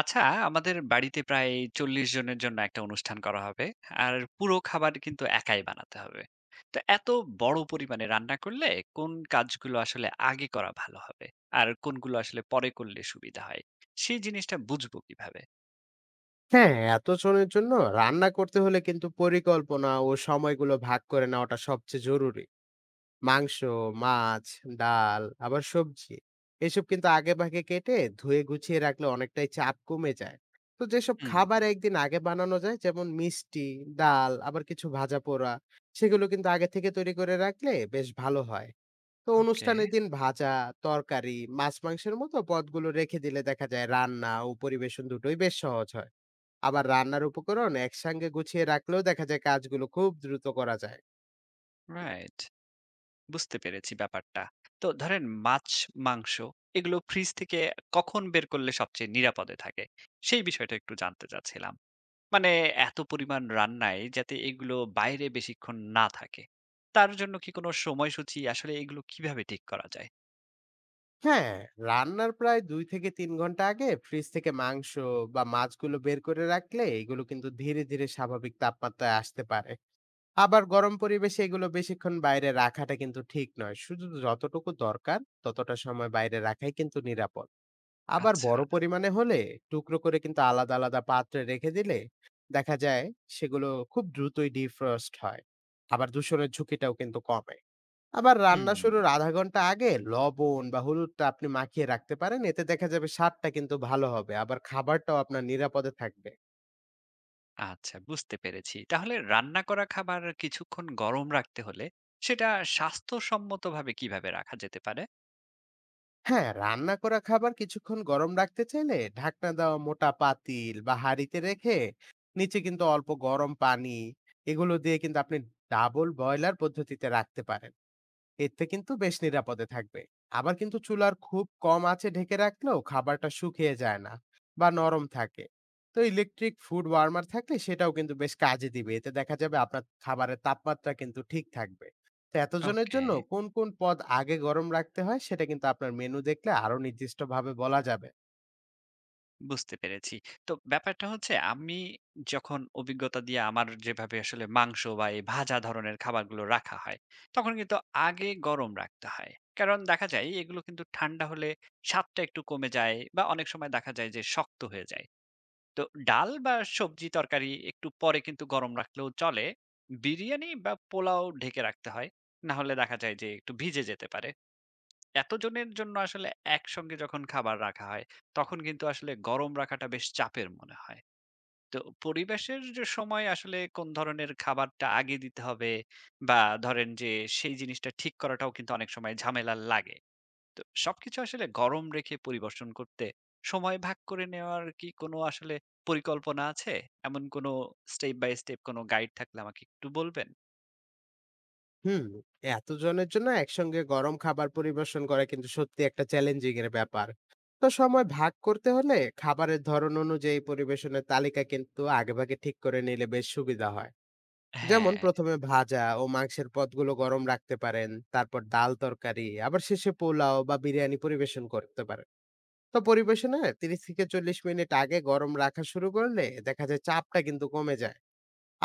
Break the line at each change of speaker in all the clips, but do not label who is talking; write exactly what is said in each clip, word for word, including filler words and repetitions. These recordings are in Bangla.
আচ্ছা, আমাদের বাড়িতে প্রায় চল্লিশ জনের জন্য একটা অনুষ্ঠান করা হবে। আর পুরো খাবার কিন্তু একাই বানাতে হবে। তো এত বড় পরিমাণে রান্না করলে কোন কাজগুলো আসলে আগে করা ভালো হবে? আর কোনগুলো আসলে পরে করলে সুবিধা হয়? সেই জিনিসটা বুঝবো কিভাবে?
হ্যাঁ, এতজনের জন্য রান্না করতে হলে কিন্তু পরিকল্পনা ও সময়গুলো ভাগ করে নেওয়াটা সবচেয়ে জরুরি। মাংস, মাছ, ডাল আবার সবজি। এসব কিন্তু আগেভাগে কেটে ধুয়ে গুছিয়ে রাখলে অনেকটাই চাপ কমে যায়। তো যেসব
হুম,
খাবার একদিন আগে বানানো যায় যেমন মিষ্টি, ডাল আবার কিছু ভাজা পোড়া সেগুলো কিন্তু আগে থেকে তৈরি করে রাখলে বেশ ভালো হয়। তো
ওকে,
অনুষ্ঠানের দিন ভাজা, তরকারি, মাছ-মাংসের মতো পদগুলো রেখে দিলে দেখা যায় রান্না ও পরিবেশন দুটোই বেশ সহজ হয়। আবার রান্নার উপকরণ একসঙ্গে গুছিয়ে রাখলেও দেখা যায় কাজগুলো খুব দ্রুত করা যায়।
রাইট। বুঝতে পেরেছি ব্যাপারটা। তো ধরেন মাছ, মাংস এগুলো ফ্রিজ থেকে কখন বের করলে সবচেয়ে নিরাপদে থাকে? সেই বিষয়টা একটু জানতে চাচ্ছিলাম। মানে এত পরিমাণ রান্নায় যাতে এগুলো বাইরে বেশিক্ষণ না থাকে। তার জন্য কি কোনো সময়সূচি আসলে এগুলো কিভাবে ঠিক করা যায়?
হ্যাঁ, রান্নার প্রায় দুই থেকে তিন ঘন্টা আগে ফ্রিজ থেকে মাংস বা মাছগুলো বের করে রাখলে এগুলো কিন্তু ধীরে ধীরে স্বাভাবিক তাপমাত্রায় আসতে পারে। আবার গরম পরিবেশে এগুলো বেশিক্ষণ বাইরে রাখাটা কিন্তু ঠিক নয়, শুধু যতটুকু দরকার ততটা সময় বাইরে রাখাই কিন্তু নিরাপদ। আবার
আচ্ছা।
বড় পরিমাণে হলে টুকরো করে কিন্তু আলাদা আলাদা পাত্রে রেখে দিলে দেখা যায় সেগুলো খুব দ্রুতই ডিফ্রস্ট হয়, আবার দূষণের ঝুঁকিটাও কিন্তু কমে। আবার রান্না
হুম,
শুরুর আধা ঘন্টা আগে লবণ বা হলুদটা আপনি মাখিয়ে রাখতে পারেন, এতে দেখা যাবে স্বাদটা কিন্তু ভালো হবে, আবার খাবারটাও আপনার নিরাপদে থাকবে।
আচ্ছা বুঝতে পেরেছি। তাহলে রান্না করা খাবার কিছুক্ষণ গরম রাখতে হলে সেটা স্বাস্থ্যসম্মতভাবে কিভাবে রাখা যেতে পারে?
হ্যাঁ, রান্না করা খাবার কিছুক্ষণ গরম রাখতে চাইলে ঢাকনা দেওয়া মোটা পাতিল বা হাঁড়িতে রেখে নিচে কিন্তু অল্প গরম পানি এগুলো দিয়ে কিন্তু আপনি ডাবল বয়লার পদ্ধতিতে রাখতে পারেন। এতে কিন্তু বেশ নিরাপদে থাকবে। আবার কিন্তু চুলার খুব কম আঁচে ঢেকে রাখলেও খাবারটা শুকিয়ে যায় না বা নরম থাকে। তো ইলেকট্রিক ফুড ওয়ার্মার থাকলে সেটাও কিন্তু বেশ কাজে দিবে, এতে দেখা যাবে আপনার খাবারের তাপমাত্রা কিন্তু ঠিক থাকবে। তো এতজনের
ওকে।
জন্য কোন কোন পদ আগে গরম রাখতে হয় সেটা কিন্তু আপনার মেনু দেখলে আরো নির্দিষ্টভাবে বলা যাবে।
বুঝতে পেরেছি। তো ব্যাপারটা হচ্ছে আমি যখন অভিজ্ঞতা দিয়ে আমার যেভাবে আসলে মাংস বা এই ভাজা ধরনের খাবারগুলো রাখা হয়, তখন কিন্তু আগে গরম রাখতে হয়। কারণ দেখা যায় এগুলো কিন্তু ঠান্ডা হলে স্বাদটা একটু কমে যায় বা অনেক সময় দেখা যায় যে শক্ত হয়ে যায়। তো ডাল বা সবজি তরকারি একটু পরে কিন্তু গরম রাখলেও চলে। বিরিয়ানি বা পোলাও ঢেকে রাখতে হয়। না হলে দেখা যায় যে একটু ভিজে যেতে পারে। এতজনের জন্য আসলে একসঙ্গে যখন খাবার রাখা হয়, তখন কিন্তু আসলে গরম রাখাটা বেশ চাপের মনে হয়। তো পরিবেশের যে সময় আসলে কোন ধরনের খাবারটা আগে দিতে হবে বা ধরেন যে সেই জিনিসটা ঠিক করাটাও কিন্তু অনেক সময় ঝামেলার লাগে। তো সবকিছু আসলে গরম রেখে পরিবেশন করতে সময় ভাগ করে নেওয়ার কি কোনো আসলে পরিকল্পনা আছে? এমন কোনো স্টেপ বাই স্টেপ কোনো গাইড থাকলে আমাকে একটু বলবেন?
হুম, এতজনের জন্য একসঙ্গে গরম খাবার পরিবেশন করা কিন্তু সত্যি একটা চ্যালেঞ্জিং এর ব্যাপার। তো সময় ভাগ করতে হলে খাবারের ধরন অনুযায়ী পরিবেশনের তালিকা কিন্তু আগেভাগে ঠিক করে নিলে বেশ সুবিধা হয়। যেমন
হ্যাঁ।
প্রথম এ ভাজা ও মাংসের পদগুলো গরম রাখতে পারেন, তারপর ডাল তরকারি, আবার শেষে পোলাও বা বিরিয়ানি পরিবেশন করতে পারেন। তো পরিবেশনের ত্রিশ থেকে চল্লিশ মিনিট আগে গরম রাখা শুরু করলে দেখা যায় চাপটা কিন্তু কমে যায়।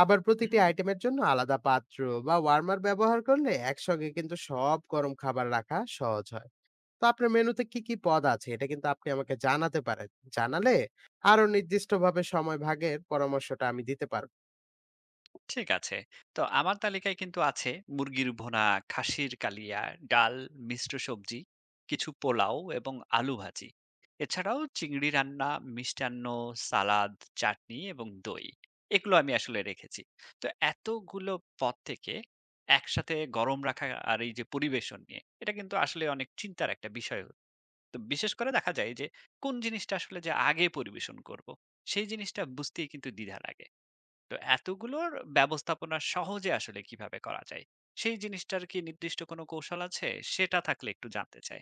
আবার প্রতিটি আইটেমের জন্য আলাদা পাত্র বা ওয়ার্মার ব্যবহার করলে একসঙ্গে কিন্তু সব গরম খাবার রাখা সহজ হয়। তো আপনার মেনুতে কি কি পদ আছে এটা কিন্তু আপনি আমাকে জানাতে পারেন, জানালে আরো নির্দিষ্টভাবে সময় ভাগের পরামর্শটা আমি দিতে পারবো।
ঠিক আছে। তো আমার তালিকায় কিন্তু আছে মুরগির ভুনা, খাসির কালিয়া, ডাল, মিশ্র সবজি, কিছু পোলাও এবং আলু ভাজি। এছাড়াও চিংড়ি রান্না, মিষ্টান্ন, সালাদ, চাটনি এবং দই। এগুলো আমি আসলে রেখেছি। তো এতগুলো পদ থেকে একসাথে গরম রাখা আর এই যে পরিবেশন নিয়ে, এটা কিন্তু আসলে অনেক চিন্তার একটা বিষয়। তো বিশেষ করে দেখা যায় যে কোন জিনিসটা আসলে যে আগে পরিবেশন করব, সেই জিনিসটা বুঝতেই কিন্তু দ্বিধা লাগে। তো এতগুলোর ব্যবস্থাপনা সহজে আসলে কিভাবে করা যায় সেই জিনিসটার কি নির্দিষ্ট কোনো কৌশল আছে সেটা থাকলে একটু জানতে চাই।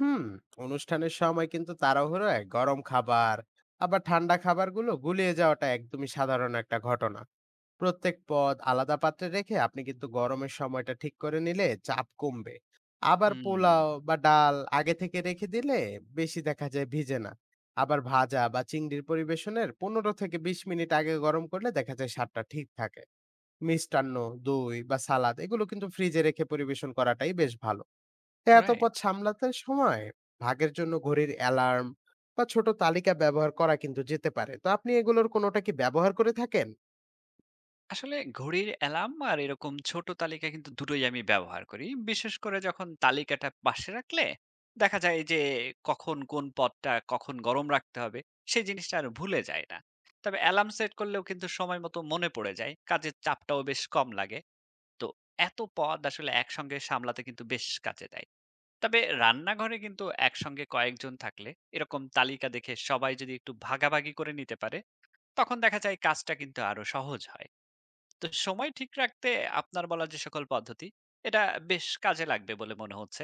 হুম, অনুষ্ঠানের সময় কিন্তু তাড়াহুড়োয় গরম খাবার আবার ঠান্ডা খাবারগুলো গুলিয়ে যাওয়াটা একদমই সাধারণ একটা ঘটনা। প্রত্যেক পদ আলাদা পাত্রে রেখে আপনি কিন্তু গরমের সময়টা ঠিক করে নিলে চাপ কমবে। আবার
হুম।
পোলাও বা ডাল আগে থেকে রেখে দিলে বেশি দেখা যায় ভিজে না। আবার ভাজা বা চিংড়ির পরিবেশনের পনেরো থেকে বিশ মিনিট আগে গরম করলে দেখা যায় স্বাদটা ঠিক থাকে। মিষ্টান্ন, দই বা সালাদ এগুলো কিন্তু ফ্রিজে রেখে পরিবেশন করাটাই বেশ ভালো। তাই এত পথ
রাইট।
সামলাতে সময় ভাগের জন্য ঘড়ির অ্যালার্ম বা ছোট তালিকা ব্যবহার করা কিন্তু যেতে পারে। তো আপনি এগুলোর কোনোটা কি ব্যবহার করে থাকেন?
আসলে ঘড়ির অ্যালার্ম আর এরকম ছোট তালিকা কিন্তু দুটোই আমি ব্যবহার করি, বিশেষ করে যখন তালিকাটা পাশে রাখলে দেখা যায় যে কখন কোন পদটা কখন গরম রাখতে হবে সেই জিনিসটা আর ভুলে যায় না। তবে অ্যালার্ম সেট করলেও কিন্তু সময় মতো মনে পড়ে যায়, কাজের চাপটাও বেশ কম লাগে। তো এত পদ আসলে একসঙ্গে সামলাতে কিন্তু বেশ কাজে দেয়। তবে রান্নাঘরে কিন্তু একসঙ্গে কয়েকজন থাকলে এরকম তালিকা দেখে সবাই যদি একটু ভাগাভাগি করে নিতে পারে, তখন দেখা যায় কাজটা কিন্তু আরো সহজ হয়। তো সময় ঠিক রাখতে আপনার বলা যে সকল পদ্ধতি, এটা বেশ কাজে লাগবে বলে মনে হচ্ছে।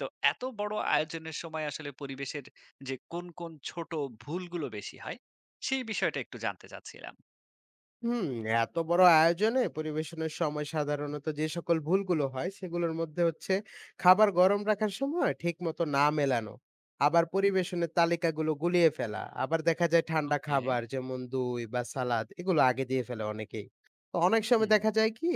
তো এত বড় আয়োজনের সময় আসলে পরিবেশের যে কোন কোন ছোট ভুলগুলো বেশি হয় সেই বিষয়টা একটু জানতে চাচ্ছিলাম।
হুম, এত বড় আয়োজনে পরিবেশনের সময় সাধারণত যে সকল ভুলগুলো হয় সেগুলোর মধ্যে হচ্ছে খাবার গরম রাখার সময় ঠিকমতো না মেলানো, আবার পরিবেশনের তালিকাগুলো গুলিয়ে ফেলা, আবার দেখা যায় ঠান্ডা
ওকে।
খাবার যেমন দই বা সালাদ এগুলো আগে দিয়ে ফেলে অনেকেই। তো অনেক সময়
হুম।
দেখা যায় কি,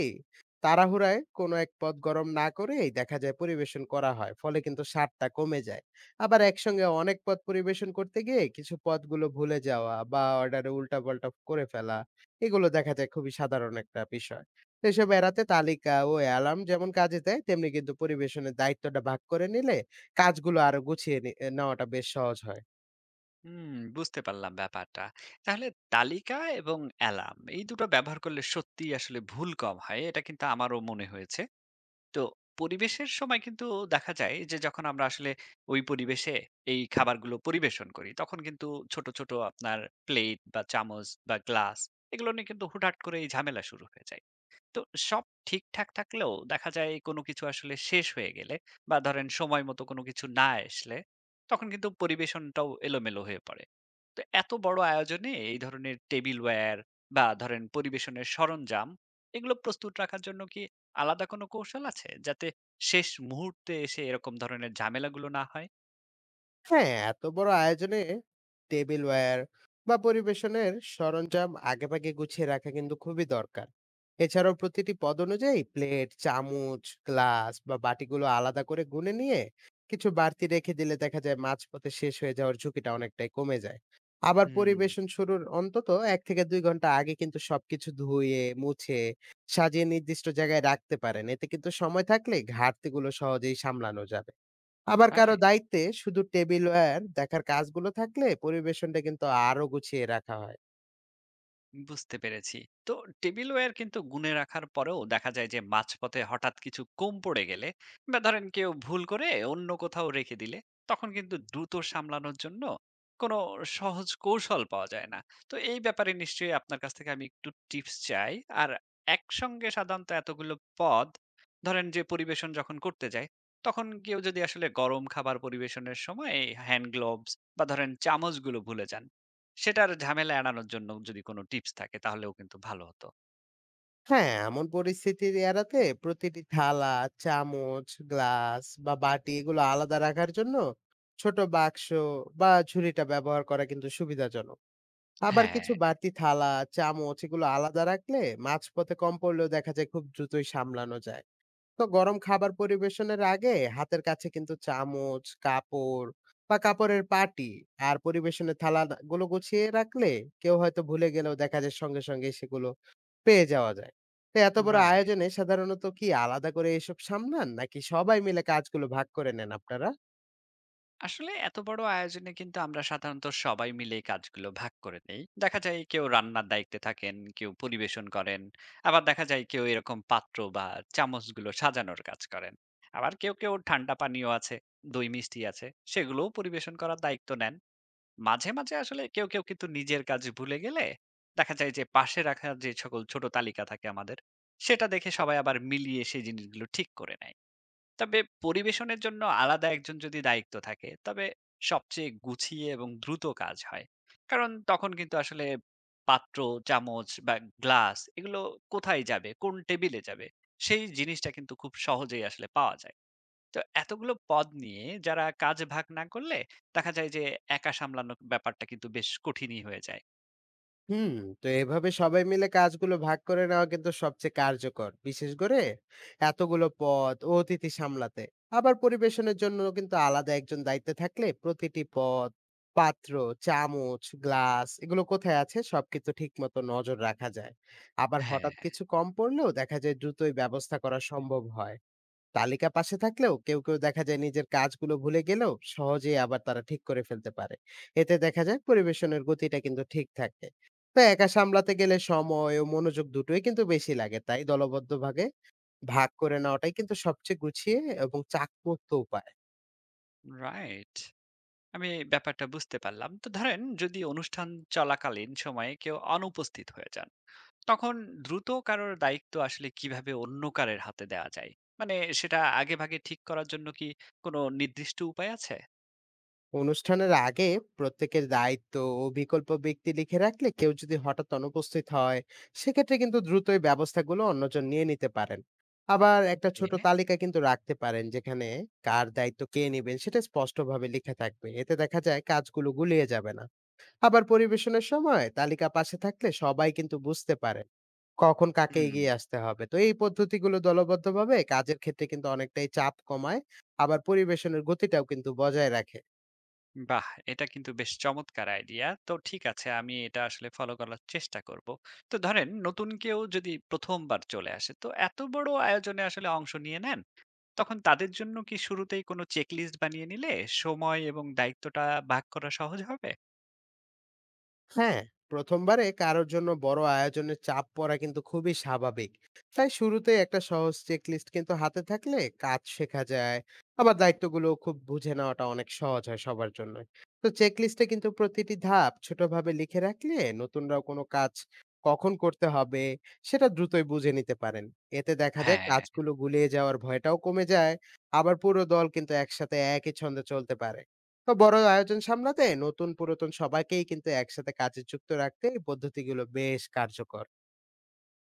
তাড়াহুড়ায় কোনো এক পদ গরম না করেই দেখা যায় পরিবেশন করা হয়, ফলে কিন্তু স্বাদটা কমে যায়। আবার একসঙ্গে অনেক পদ পরিবেশন করতে গিয়ে কিছু পদগুলো ভুলে যাওয়া বা অর্ডারে উল্টাপাল্টা করে ফেলা এগুলো দেখা যায় খুবই সাধারণ একটা বিষয়। তো এসব এড়াতে তালিকা ও অ্যালার্ম যেমন কাজে দেয়, তেমনি কিন্তু পরিবেশনের দায়িত্বটা ভাগ করে নিলে কাজগুলো আরো গুছিয়ে নি নেওয়াটা বেশ সহজ হয়।
হুম, বুঝতে পারলাম ব্যাপারটা। তাহলে তালিকা এবং অ্যালার্ম এই দুটো ব্যবহার করলে সত্যিই আসলে ভুল কম হয়। এটা কিন্তু আমারও মনে হয়েছে। তো পরিবেশের সময় কিন্তু দেখা যায় যে যখন আমরা আসলে ওই পরিবেশে এই খাবারগুলো পরিবেশন করি, তখন কিন্তু ছোট, ছোট আপনার প্লেট বা চামচ বা গ্লাস এগুলো নিয়ে কিন্তু হুটহাট করে এই ঝামেলা শুরু হয়ে যায়। তো সব ঠিকঠাক থাকলেও দেখা যায় কোনো কিছু আসলে শেষ হয়ে গেলে বা ধরেন সময় মতো কোনো কিছু না আসলে তখন কিন্তু পরিবেশনটাও এলোমেলো হয়ে পড়ে। তো এত বড় আয়োজনে এই ধরনের টেবিলওয়্যার বা ধরেন পরিবেশনের সরঞ্জাম এগুলো প্রস্তুত রাখার জন্য কি আলাদা কোনো কৌশল আছে যাতে শেষ মুহূর্তে এসে এরকম ধরনের ঝামেলাগুলো না হয়?
হ্যাঁ, এত বড় আয়োজনে টেবিলওয়্যার বা পরিবেশনের সরঞ্জাম আগেভাগে গুছিয়ে রাখা কিন্তু খুবই দরকার। এছাড়াও প্রতিটি পদ অনুযায়ী প্লেট চামচ গ্লাস বা বাটিগুলো আলাদা করে গুনে নিয়ে কিছু বাড়তি রেখে দিলে দেখা যায় মাঝপথে শেষ হয়ে যাওয়ার ঝুঁকিটা অনেকটাই কমে যায়। আবার
হুম।
পরিবেশন শুরুর অন্তত এক থেকে দুই ঘন্টা আগে কিন্তু সবকিছু ধুয়ে মুছে সাজিয়ে নির্দিষ্ট জায়গায় রাখতে পারেন, এতে কিন্তু সময় থাকলে ঘাটতিগুলো সহজেই সামলানো যায়। আবার কারো দায়িত্বে শুধু টেবিলওয়্যার দেখার কাজগুলো থাকলে পরিবেশনটা কিন্তু আরো গুছিয়ে রাখা হয়।
বুঝতে পেরেছি। তো টেবিলওয়্যার কিন্তু গুনে রাখার পরেও দেখা যায় যে মাঝপথে হঠাৎ কিছু কম পড়ে গেলে বা ধরেন কেউ ভুল করে অন্য কোথাও রেখে দিলে তখন কিন্তু দ্রুত সামলানোর জন্য কোনো সহজ কৌশল পাওয়া যায় না। তো এই ব্যাপারে নিশ্চয়ই আপনার কাছ থেকে আমি একটু টিপস চাই। আর একসঙ্গে সাধারণত এতগুলো পদ ধরেন যে পরিবেশন যখন করতে যাই, তখন কেউ যদি আসলে গরম খাবার পরিবেশনের সময় হ্যান্ড গ্লোভস বা ধরেন চামচগুলো ভুলে যান, সেটার ঝামেলা এড়ানোর জন্য যদি কোন টিপস থাকে তাহলেও কিন্তু ভালো হতো।
হ্যাঁ, এমন পরিস্থিতি এড়াতে প্রতিটি থালা চামচ গ্লাস বা বাটি এগুলো আলাদা রাখার জন্য ছোট বাক্স বা ঝুড়িটা ব্যবহার করা কিন্তু সুবিধাজনক। আবার
হ্যাঁ,
কিছু বাটি থালা চামচ এগুলো আলাদা রাখলে মাঝপথে কম পড়লেও দেখা যায় খুব দ্রুতই সামলানো যায়। তো গরম খাবার পরিবেশনের আগে হাতের কাছে কিন্তু চামচ, কাপড় বা কাপড়ের পাটি আর পরিবেশনের থালা না- গুলো গুছিয়ে রাখলে কেউ হয়তো ভুলে গেলেও দেখা যায় সঙ্গে সঙ্গে সেগুলো পেয়ে যাওয়া যায়। তো এত বড়
রাইট।
আয়োজনে সাধারণত কি আলাদা করে এসব সামলান নাকি সবাই মিলে কাজগুলো ভাগ করে নেন আপনারা?
আসলে এত বড় আয়োজনে কিন্তু আমরা সাধারণত সবাই মিলে এই কাজগুলো ভাগ করে নেই। দেখা যায় কেউ রান্নার দায়িত্বে থাকেন, কেউ পরিবেশন করেন। আবার দেখা যায় কেউ এরকম পাত্র বা চামচগুলো সাজানোর কাজ করেন। আবার কেউ, কেউ ঠান্ডা পানীয় আছে, দই মিষ্টি আছে, সেগুলোও পরিবেশন করার দায়িত্ব নেন। মাঝে, মাঝে আসলে কেউ, কেউ কিন্তু নিজের কাজ ভুলে গেলে দেখা যায় যে পাশে রাখা যে সকল ছোট তালিকা থাকে আমাদের, সেটা দেখে সবাই আবার মিলিয়ে সেই জিনিসগুলো ঠিক করে নেয়। তবে পরিবেশনের জন্য আলাদা একজন যদি দায়িত্ব থাকে, তবে সবচেয়ে গুছিয়ে এবং দ্রুত কাজ হয়। কারণ তখন কিন্তু আসলে পাত্র, চামচ বা গ্লাস এগুলো কোথায় যাবে, কোন টেবিলে যাবে, সেই জিনিসটা কিন্তু খুব সহজেই আসলে পাওয়া যায়। তো এতগুলো পদ নিয়ে যারা কাজ ভাগ না করলে দেখা যায় যে একা সামলানো ব্যাপারটা কিন্তু বেশ কঠিনই হয়ে যায়।
হুম, তো এভাবে সবাই মিলে কাজগুলো ভাগ করে নেওয়া কিন্তু সবচেয়ে কার্যকর, বিশেষ করে এতগুলো পদ ও অতিথি সামলাতে। আবার পরিবেশনের জন্য কিন্তু আলাদা একজন দায়িত্বে থাকলে প্রতিটি পদ, পাত্র, চামচ, গ্লাস এগুলো কোথায় আছে সব কিন্তু ঠিক মতো নজর রাখা যায়। আবার
হ্যাঁ,
হঠাৎ
হ্যাঁ।
কিছু কম পড়লেও দেখা যায় দ্রুতই ব্যবস্থা করা সম্ভব হয়। তালিকা পাশে থাকলেও কেউ কেউ দেখা যায় নিজের কাজগুলো ভুলে গেলেও সহজেই আবার তারা ঠিক করে ফেলতে পারে। এতে দেখা যায় পরিবেশনের গতিটা কিন্তু ঠিক থাকে। তো একা সামলাতে গেলে সময় ও মনোযোগ দুটোই কিন্তু বেশি লাগে, তাই দলবদ্ধ ভাগে ভাগ করে নেওয়াটাই কিন্তু সবচেয়ে গুছিয়ে এবং চাকমুক্ত উপায়।
রাইট। আমি ব্যাপারটা বুঝতে পারলাম। তো ধরেন যদি অনুষ্ঠান চলাকালীন সময়ে কেউ অনুপস্থিত হয়ে যান তখন দ্রুত কারোর দায়িত্ব আসলে কিভাবে অন্য কারের হাতে দেওয়া যায়, মানে সেটা আগে ভাগে ঠিক করার জন্য কি কোনো নির্দিষ্ট উপায় আছে?
অনুষ্ঠানের আগে প্রত্যেকের দায়িত্ব ও বিকল্প ব্যক্তি লিখে রাখলে কেউ যদি হঠাৎ অনুপস্থিত হয় সেক্ষেত্রে কিন্তু দ্রুতই ব্যবস্থাগুলো অন্যজন নিয়ে নিতে পারেন। আবার একটা
ওকে।
ছোট তালিকা কিন্তু রাখতে পারেন যেখানে কার দায়িত্ব কে নেবেন সেটা স্পষ্টভাবে লেখা থাকবে, এতে দেখা যায় কাজগুলো গুলিয়ে যাবে না। আবার পরিবেশনের সময় তালিকা পাশে থাকলে সবাই কিন্তু বুঝতে পারে কখন কাকে
হুম।
এগিয়ে আসতে হবে। তো এই পদ্ধতিগুলো দলবদ্ধভাবে কাজের ক্ষেত্রে কিন্তু অনেকটাই চাপ কমায়, আবার পরিবেশনের গতিটাও কিন্তু বজায় রাখে।
বাহ! এটা কিন্তু বেশ চমৎকার আইডিয়া। তো ঠিক আছে, আমি এটা আসলে ফলো করার চেষ্টা করব। তো ধরেন নতুন কেউ যদি প্রথম বার চলে আসে, তো এত বড় আয়োজনে আসলে অংশ নিয়ে নেন, তখন তাদের জন্য কি শুরুতেই কোনো চেকলিস্ট বানিয়ে নিলে সময় এবং দায়িত্বটা ভাগ করা সহজ হবে?
হ্যাঁ, প্রথমবারে কারোর জন্য বড় আয়োজনের চাপ পড়া কিন্তু খুবই স্বাভাবিক। তাই শুরুতে একটা সহজ চেকলিস্ট কিন্তু হাতে থাকলে কাজ শেখা যায়। আবার দায়িত্বগুলো খুব বুঝে নেওয়াটা অনেক সহজ হয় সবার জন্যই। তো চেকলিস্টে কিন্তু প্রতিটি ধাপ ছোটভাবে লিখে রাখলে নতুনরাও কোনো কাজ কখন করতে হবে সেটা দ্রুতই বুঝে নিতে পারেন। এতে দেখা যায়
হ্যাঁ,
কাজগুলো গুলিয়ে যাওয়ার ভয়টাও কমে যায়। আবার পুরো দল কিন্তু একসাথে একই ছন্দে চলতে পারে। তো বড় আয়োজন সামলাতে নতুন পুরাতন সবাইকেই কিন্তু একসাথে কাজে যুক্ত রাখতে এই পদ্ধতিগুলো বেশ কার্যকর।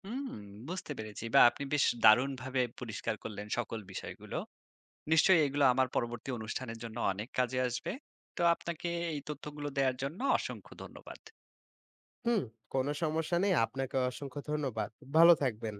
হুম, বুঝতে পেরেছি। বা আপনি বেশ দারুণভাবে পরিষ্কার করলেন সকল বিষয়গুলো। নিশ্চয়ই এগুলো আমার পরবর্তী অনুষ্ঠানের জন্য অনেক কাজে আসবে। তো আপনাকে এই তথ্যগুলো দেওয়ার জন্য অসংখ্য ধন্যবাদ।
হুম, কোনো সমস্যা নেই, আপনাকে অসংখ্য ধন্যবাদ। ভালো থাকবেন।